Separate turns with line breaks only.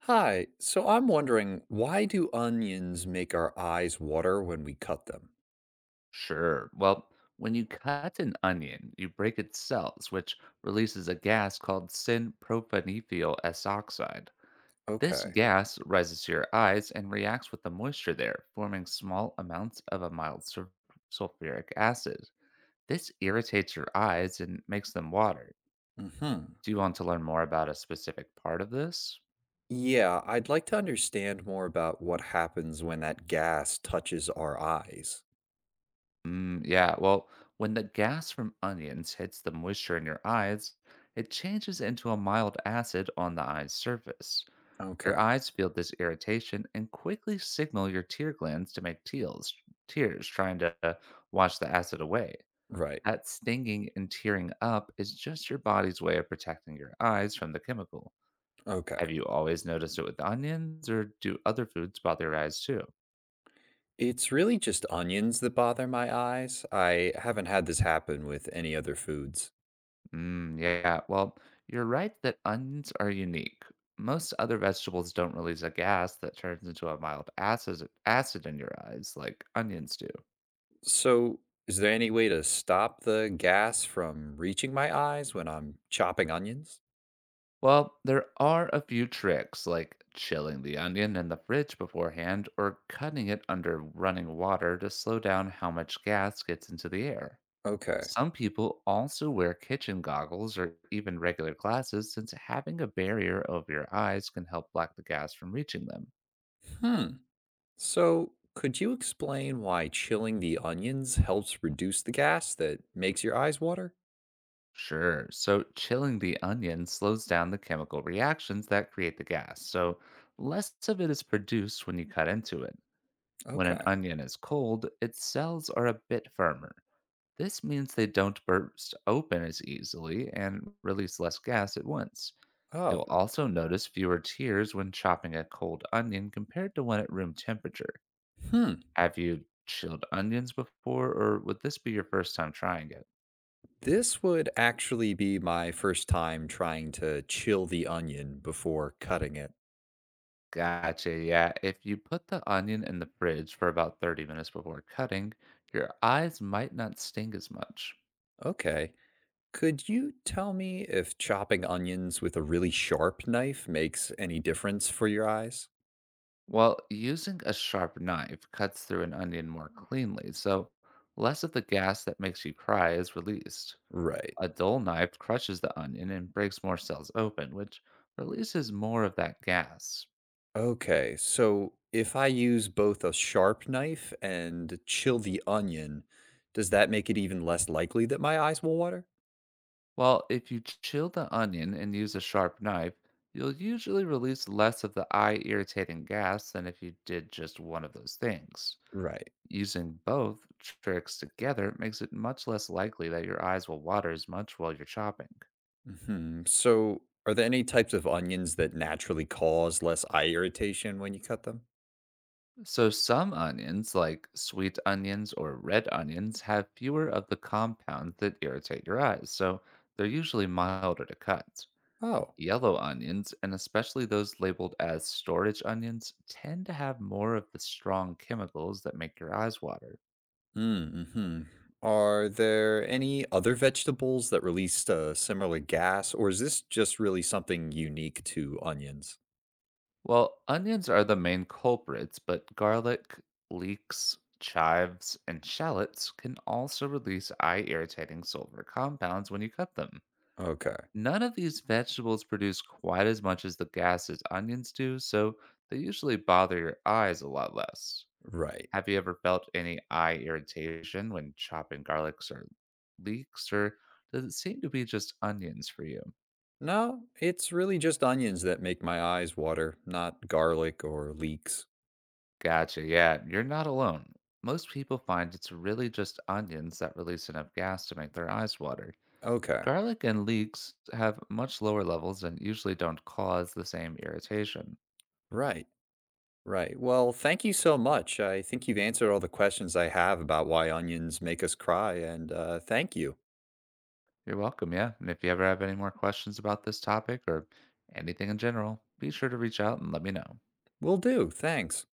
Hi, so I'm wondering, why do onions make our eyes water when we cut them?
Sure. Well, when you cut an onion, you break its cells, which releases a gas called syn-propanethyl S oxide. This
Okay.
gas rises to your eyes and reacts with the moisture there, forming small amounts of a mild sulfuric acid. This irritates your eyes and makes them water.
Mm-hmm.
Do you want to learn more about a specific part of this?
Yeah, I'd like to understand more about what happens when that gas touches our eyes.
Yeah, well, when the gas from onions hits the moisture in your eyes, it changes into a mild acid on the eye's surface. Your
Okay.
eyes feel this irritation and quickly signal your tear glands to make tears, trying to wash the acid away.
Right.
That stinging and tearing up is just your body's way of protecting your eyes from the chemical.
Okay.
Have you always noticed it with onions, or do other foods bother your eyes too?
It's really just onions that bother my eyes. I haven't had this happen with any other foods.
Yeah, well, you're right that onions are unique. Most other vegetables don't release a gas that turns into a mild acid in your eyes like onions do.
So, is there any way to stop the gas from reaching my eyes when I'm chopping onions?
Well, there are a few tricks like chilling the onion in the fridge beforehand or cutting it under running water to slow down how much gas gets into the air.
Okay.
Some people also wear kitchen goggles or even regular glasses since having a barrier over your eyes can help block the gas from reaching them.
Hmm. So, could you explain why chilling the onions helps reduce the gas that makes your eyes water?
Sure. So chilling the onion slows down the chemical reactions that create the gas, so less of it is produced when you cut into it. When an
Okay.
onion is cold, its cells are a bit firmer. This means they don't burst open as easily and release less gas at once. You'll
Oh.
also notice fewer tears when chopping a cold onion compared to one at room temperature.
Hmm.
Have you chilled onions before, or would this be your first time trying it?
This would actually be my first time trying to chill the onion before cutting it.
Gotcha. Yeah. If you put the onion in the fridge for about 30 minutes before cutting, your eyes might not sting as much.
Okay. Could you tell me if chopping onions with a really sharp knife makes any difference for your eyes?
Well, using a sharp knife cuts through an onion more cleanly, so less of the gas that makes you cry is released.
Right.
A dull knife crushes the onion and breaks more cells open, which releases more of that gas.
Okay, so if I use both a sharp knife and chill the onion, does that make it even less likely that my eyes will water?
Well, if you chill the onion and use a sharp knife, you'll usually release less of the eye irritating gas than if you did just one of those things.
Right.
Using both tricks together makes it much less likely that your eyes will water as much while you're chopping.
Hmm. So, are there any types of onions that naturally cause less eye irritation when you cut them?
So, some onions, like sweet onions or red onions, have fewer of the compounds that irritate your eyes, so they're usually milder to cut.
Oh.
Yellow onions, and especially those labeled as storage onions, tend to have more of the strong chemicals that make your eyes water.
Mm-hmm. Are there any other vegetables that release a similar gas, or is this just really something unique to onions?
Well, onions are the main culprits, but garlic, leeks, chives, and shallots can also release eye irritating sulfur compounds when you cut them.
Okay.
None of these vegetables produce quite as much as the gases onions do, so they usually bother your eyes a lot less.
Right.
Have you ever felt any eye irritation when chopping garlics or leeks, or does it seem to be just onions for you?
No, it's really just onions that make my eyes water, not garlic or leeks.
Gotcha. Yeah, you're not alone. Most people find it's really just onions that release enough gas to make their eyes water.
Okay.
Garlic and leeks have much lower levels and usually don't cause the same irritation.
Right. Right. Well, thank you so much. I think you've answered all the questions I have about why onions make us cry, and thank you.
You're welcome, yeah. And if you ever have any more questions about this topic or anything in general, be sure to reach out and let me know.
Will do. Thanks.